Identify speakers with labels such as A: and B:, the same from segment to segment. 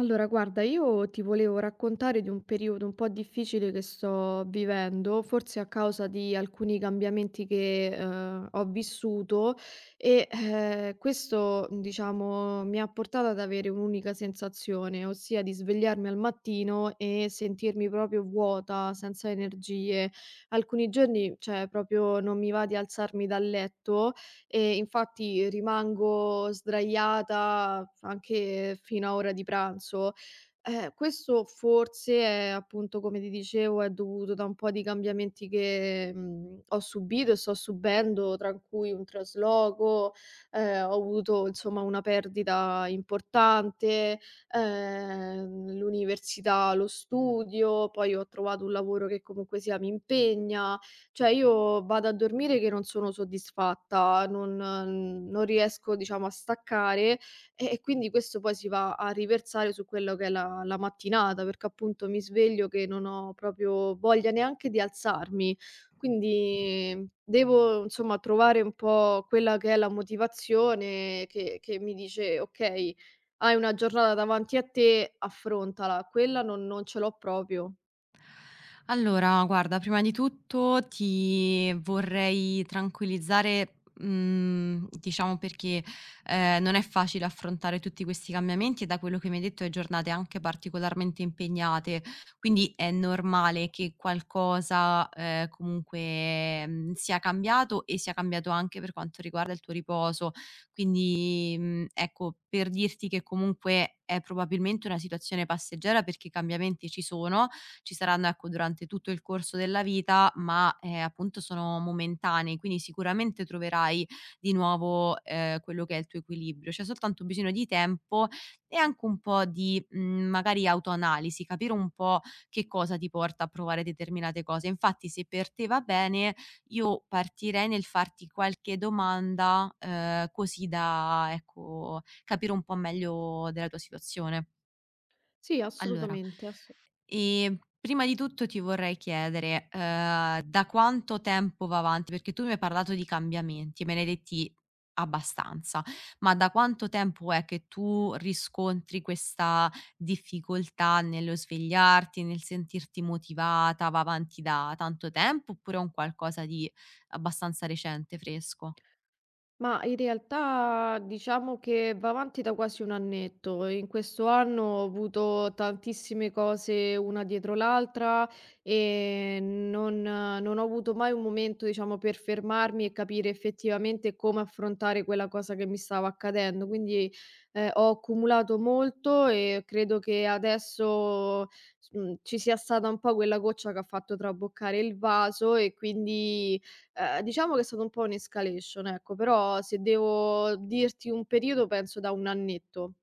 A: Allora, guarda, io ti volevo raccontare di un periodo un po' difficile che sto vivendo, forse a causa di alcuni cambiamenti che ho vissuto e questo, diciamo, mi ha portato ad avere un'unica sensazione, ossia di svegliarmi al mattino e sentirmi proprio vuota, senza energie. Alcuni giorni, cioè, proprio non mi va di alzarmi dal letto e infatti rimango sdraiata anche fino a ora di pranzo. Questo forse è appunto, come ti dicevo, è dovuto da un po' di cambiamenti che ho subito e sto subendo, tra cui un trasloco, ho avuto insomma una perdita importante, l'università, lo studio, poi ho trovato un lavoro che comunque sia mi impegna, cioè io vado a dormire che non sono soddisfatta, non riesco diciamo a staccare e quindi questo poi si va a riversare su quello che è la mattinata, perché appunto mi sveglio che non ho proprio voglia neanche di alzarmi. Quindi devo insomma trovare un po' quella che è la motivazione che mi dice: "Okay, hai una giornata davanti a te, affrontala." Quella non ce l'ho proprio.
B: Allora, guarda, prima di tutto ti vorrei tranquillizzare, diciamo perché, non è facile affrontare tutti questi cambiamenti e da quello che mi hai detto è giornate anche particolarmente impegnate, quindi è normale che qualcosa, comunque, sia cambiato e sia cambiato anche per quanto riguarda il tuo riposo. Quindi, ecco, per dirti che comunque è probabilmente una situazione passeggera perché i cambiamenti ci sono, ci saranno, ecco, durante tutto il corso della vita, ma, appunto sono momentanei, quindi sicuramente troverai di nuovo, quello che è il tuo equilibrio. C'è soltanto bisogno di tempo e anche un po' di, magari autoanalisi, capire un po' che cosa ti porta a provare determinate cose. Infatti se per te va bene, io partirei nel farti qualche domanda, così da, ecco, capire un po' meglio della tua situazione.
A: Sì,
B: Allora,
A: assolutamente, assu
B: prima di tutto ti vorrei chiedere, da quanto tempo va avanti? Perché tu mi hai parlato di cambiamenti e me ne hai detti abbastanza, ma da quanto tempo è che tu riscontri questa difficoltà nello svegliarti, nel sentirti motivata? Va avanti da tanto tempo oppure è un qualcosa di abbastanza recente, fresco?
A: Ma in realtà diciamo che va avanti da quasi un annetto. In questo anno ho avuto tantissime cose una dietro l'altra e non ho avuto mai un momento, diciamo, per fermarmi e capire effettivamente come affrontare quella cosa che mi stava accadendo. Quindi ho accumulato molto e credo che adesso ci sia stata un po' quella goccia che ha fatto traboccare il vaso e quindi diciamo che è stato un po' un escalation, ecco, però se devo dirti un periodo penso da 1 annetto.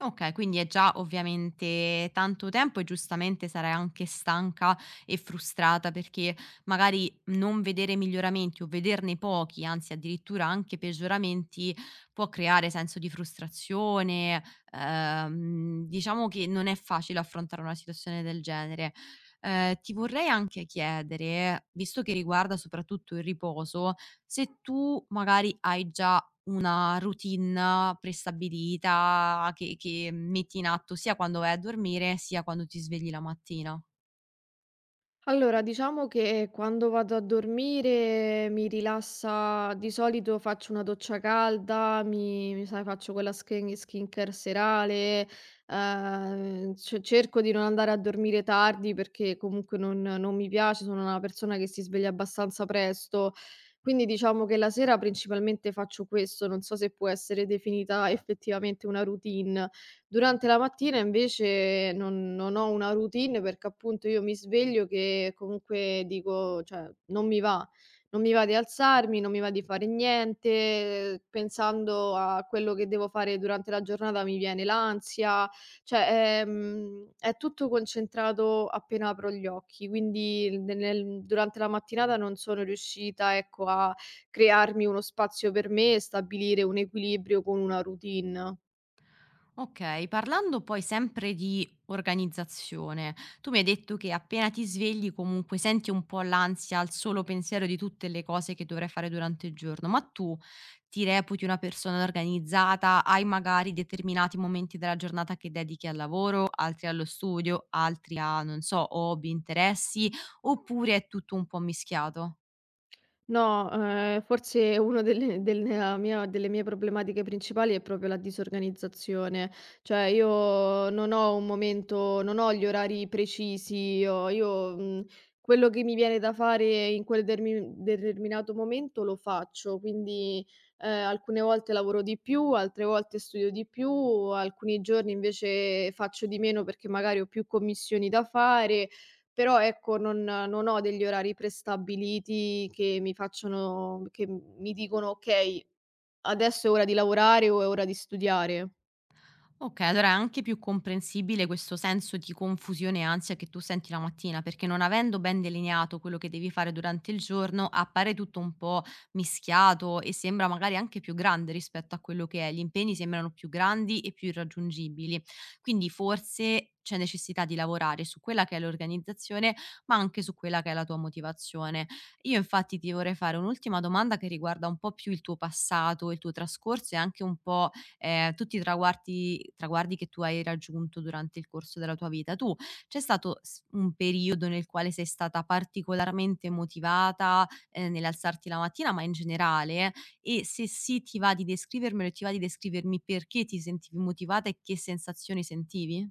B: Okay, quindi è già ovviamente tanto tempo e giustamente sarai anche stanca e frustrata perché magari non vedere miglioramenti o vederne pochi, anzi addirittura anche peggioramenti, può creare senso di frustrazione, diciamo che non è facile affrontare una situazione del genere. Ti vorrei anche chiedere, visto che riguarda soprattutto il riposo, se tu magari hai già una routine prestabilita che metti in atto sia quando vai a dormire, sia quando ti svegli la mattina.
A: Allora, diciamo che quando vado a dormire mi rilassa, di solito faccio una doccia calda, mi sai, faccio quella skincare serale, cerco di non andare a dormire tardi perché comunque non mi piace, sono una persona che si sveglia abbastanza presto, quindi diciamo che la sera principalmente faccio questo, non so se può essere definita effettivamente una routine. Durante la mattina invece non ho una routine perché appunto io mi sveglio che comunque dico cioè non mi va, non mi va di alzarmi, non mi va di fare niente, pensando a quello che devo fare durante la giornata mi viene l'ansia, cioè, è tutto concentrato appena apro gli occhi, quindi ne nel durante la mattinata non sono riuscita, ecco, a crearmi uno spazio per me e stabilire un equilibrio con una routine.
B: Okay, parlando poi sempre di organizzazione, tu mi hai detto che appena ti svegli comunque senti un po' l'ansia al solo pensiero di tutte le cose che dovrai fare durante il giorno, ma tu ti reputi una persona organizzata? Hai magari determinati momenti della giornata che dedichi al lavoro, altri allo studio, altri a, non so, hobby, interessi, oppure è tutto un po' mischiato?
A: No, forse una delle della mia delle mie problematiche principali è proprio la disorganizzazione. Cioè io non ho un momento non ho gli orari precisi, ho io, quello che mi viene da fare in quel dermi determinato momento lo faccio, quindi, alcune volte lavoro di più, altre volte studio di più, alcuni giorni invece faccio di meno perché magari ho più commissioni da fare, però ecco, non ho degli orari prestabiliti che mi facciano che mi dicono: "Okay, adesso è ora di lavorare o è ora di studiare".
B: Okay, allora è anche più comprensibile questo senso di confusione e ansia che tu senti la mattina, perché non avendo ben delineato quello che devi fare durante il giorno, appare tutto un po' mischiato e sembra magari anche più grande rispetto a quello che è. Gli impegni sembrano più grandi e più irraggiungibili. Quindi forse c'è necessità di lavorare su quella che è l'organizzazione, ma anche su quella che è la tua motivazione. Io infatti ti vorrei fare un'ultima domanda che riguarda un po' più il tuo passato, il tuo trascorso e anche un po' tutti i traguardi che tu hai raggiunto durante il corso della tua vita. Tu c'è stato s un periodo nel quale sei stata particolarmente motivata, nell'alzarti la mattina, ma in generale? E se sì, ti va di descrivermelo e ti va di descrivermi perché ti sentivi motivata e che sensazioni sentivi?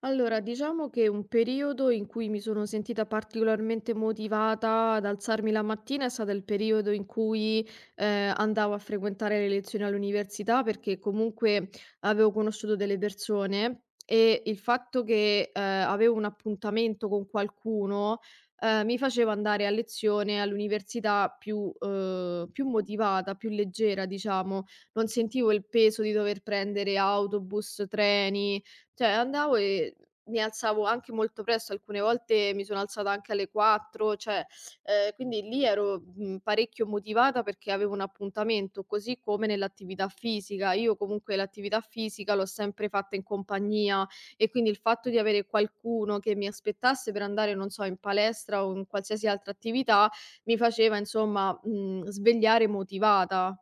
A: Allora, diciamo che un periodo in cui mi sono sentita particolarmente motivata ad alzarmi la mattina è stato il periodo in cui andavo a frequentare le lezioni all'università perché comunque avevo conosciuto delle persone e il fatto che avevo un appuntamento con qualcuno mi faceva andare a lezione all'università più, più motivata, più leggera, diciamo. Non sentivo il peso di dover prendere autobus, treni, cioè andavo e mi alzavo anche molto presto, alcune volte mi sono alzata anche alle 4, cioè, quindi lì ero, parecchio motivata perché avevo un appuntamento, così come nell'attività fisica. Io comunque l'attività fisica l'ho sempre fatta in compagnia e quindi il fatto di avere qualcuno che mi aspettasse per andare, non so, in palestra o in qualsiasi altra attività mi faceva insomma, svegliare motivata.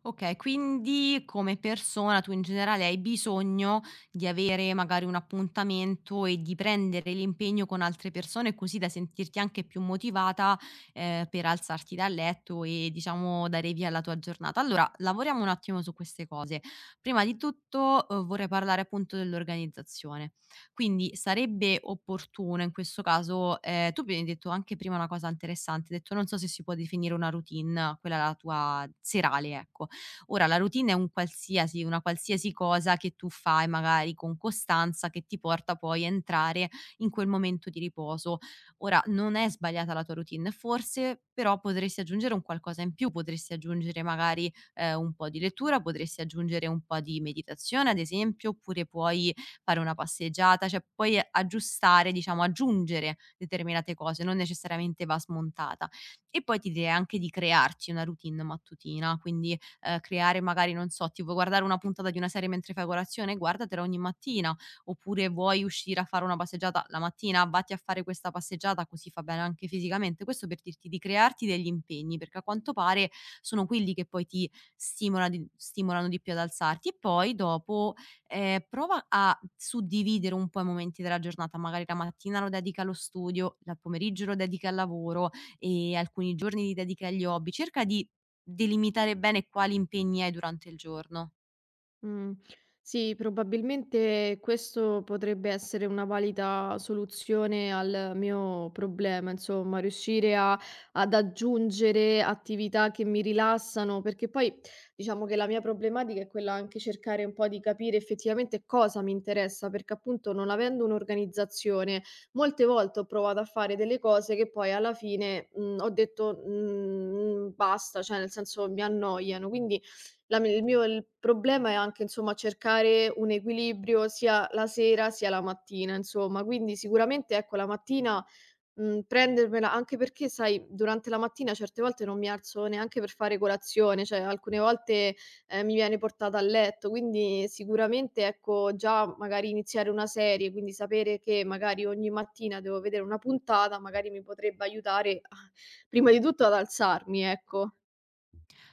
B: Okay, quindi come persona tu in generale hai bisogno di avere magari un appuntamento e di prendere l'impegno con altre persone, così da sentirti anche più motivata, per alzarti dal letto e diciamo dare via alla tua giornata. Allora lavoriamo un attimo su queste cose. Prima di tutto, vorrei parlare appunto dell'organizzazione. Quindi sarebbe opportuno in questo caso tu mi hai detto anche prima una cosa interessante, hai detto: "Non so se si può definire una routine, quella la tua serale", ecco. Ora la routine è un qualsiasi una qualsiasi cosa che tu fai magari con costanza che ti porta poi a entrare in quel momento di riposo. Ora non è sbagliata la tua routine, forse però potresti aggiungere un qualcosa in più, potresti aggiungere magari, un po' di lettura, potresti aggiungere un po' di meditazione ad esempio, oppure puoi fare una passeggiata, cioè puoi aggiustare, diciamo aggiungere determinate cose, non necessariamente va smontata. E poi ti direi anche di crearci una routine mattutina, quindi creare magari, non so, ti vuoi guardare una puntata di una serie mentre fai colazione? Guardatela ogni mattina. Oppure vuoi uscire a fare una passeggiata la mattina? Vatti a fare questa passeggiata, così fa bene anche fisicamente. Questo per dirti di crearti degli impegni, perché a quanto pare sono quelli che poi ti stimolano di più ad alzarti. E poi dopo, prova a suddividere un po' i momenti della giornata, magari la mattina lo dedichi allo studio, la il pomeriggio lo dedichi al lavoro e alcuni giorni li dedichi agli hobby. Cerca di delimitare bene quali impegni hai durante il giorno.
A: Mh. Sì, probabilmente questo potrebbe essere una valida soluzione al mio problema, insomma, riuscire a ad aggiungere attività che mi rilassano, perché poi diciamo che la mia problematica è quella anche cercare un po' di capire effettivamente cosa mi interessa, perché appunto non avendo un'organizzazione, molte volte ho provato a fare delle cose che poi alla fine, ho detto: "Mhmm, basta", cioè nel senso mi annoiano. Quindi la mi il mio il problema è anche, insomma, cercare un equilibrio sia la sera sia la mattina, insomma. Quindi sicuramente, ecco, la mattina, prendermela anche perché, sai, durante la mattina certe volte non mi alzo neanche per fare colazione, cioè alcune volte, mi viene portata a letto, quindi sicuramente, ecco, già magari iniziare una serie, quindi sapere che magari ogni mattina devo vedere una puntata, magari mi potrebbe aiutare, prima di tutto ad alzarmi, ecco.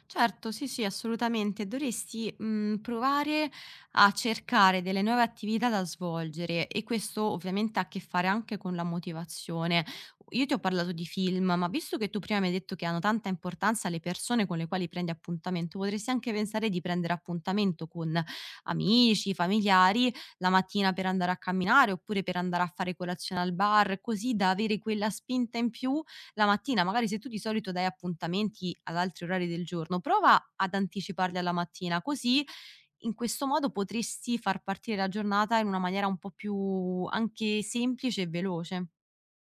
B: Certo, sì, sì, assolutamente. Dovresti, provare a cercare delle nuove attività da svolgere e questo ovviamente ha a che fare anche con la motivazione. Io ti ho parlato di film, ma visto che tu prima mi hai detto che hanno tanta importanza le persone con le quali prendi appuntamento, potresti anche pensare di prendere appuntamento con amici, familiari, la mattina per andare a camminare oppure per andare a fare colazione al bar, così da avere quella spinta in più la mattina, magari se tu di solito dai appuntamenti ad altri orari del giorno, prova ad anticiparli alla mattina, così in questo modo potresti far partire la giornata in una maniera un po' più anche semplice e veloce.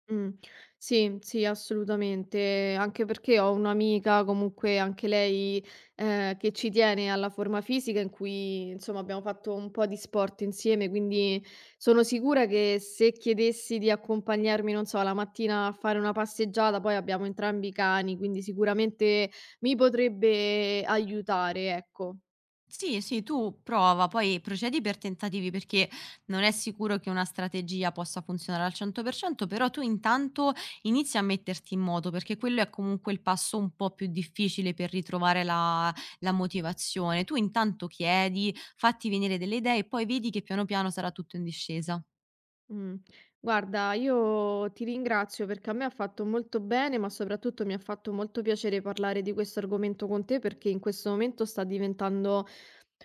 A: Mh. Sì, sì, assolutamente. Anche perché ho un'amica, comunque anche lei, che ci tiene alla forma fisica, in cui insomma abbiamo fatto un po' di sport insieme, quindi sono sicura che se chiedessi di accompagnarmi, non so, la mattina a fare una passeggiata, poi abbiamo entrambi i cani, quindi sicuramente mi potrebbe aiutare, ecco.
B: Sì, sì, tu prova, poi procedi per tentativi perché non è sicuro che una strategia possa funzionare al 100%, però tu intanto inizi a metterti in moto perché quello è comunque il passo un po' più difficile per ritrovare la motivazione. Tu intanto chiedi, fatti venire delle idee e poi vedi che piano piano sarà tutto in discesa.
A: Mh. Guarda, io ti ringrazio perché a me ha fatto molto bene, ma soprattutto mi ha fatto molto piacere parlare di questo argomento con te perché in questo momento sta diventando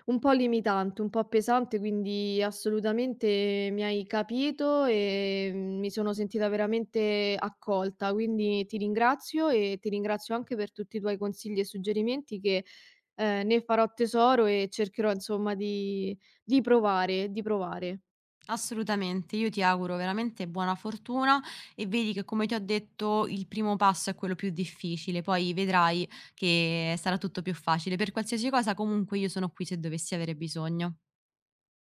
A: un po' limitante, un po' pesante, quindi assolutamente mi hai capito e mi sono sentita veramente accolta. Quindi ti ringrazio e ti ringrazio anche per tutti i tuoi consigli e suggerimenti che, ne farò tesoro e cercherò insomma di di provare.
B: Assolutamente, io ti auguro veramente buona fortuna e vedi che come ti ho detto il primo passo è quello più difficile, poi vedrai che sarà tutto più facile. Per qualsiasi cosa comunque io sono qui se dovessi avere bisogno.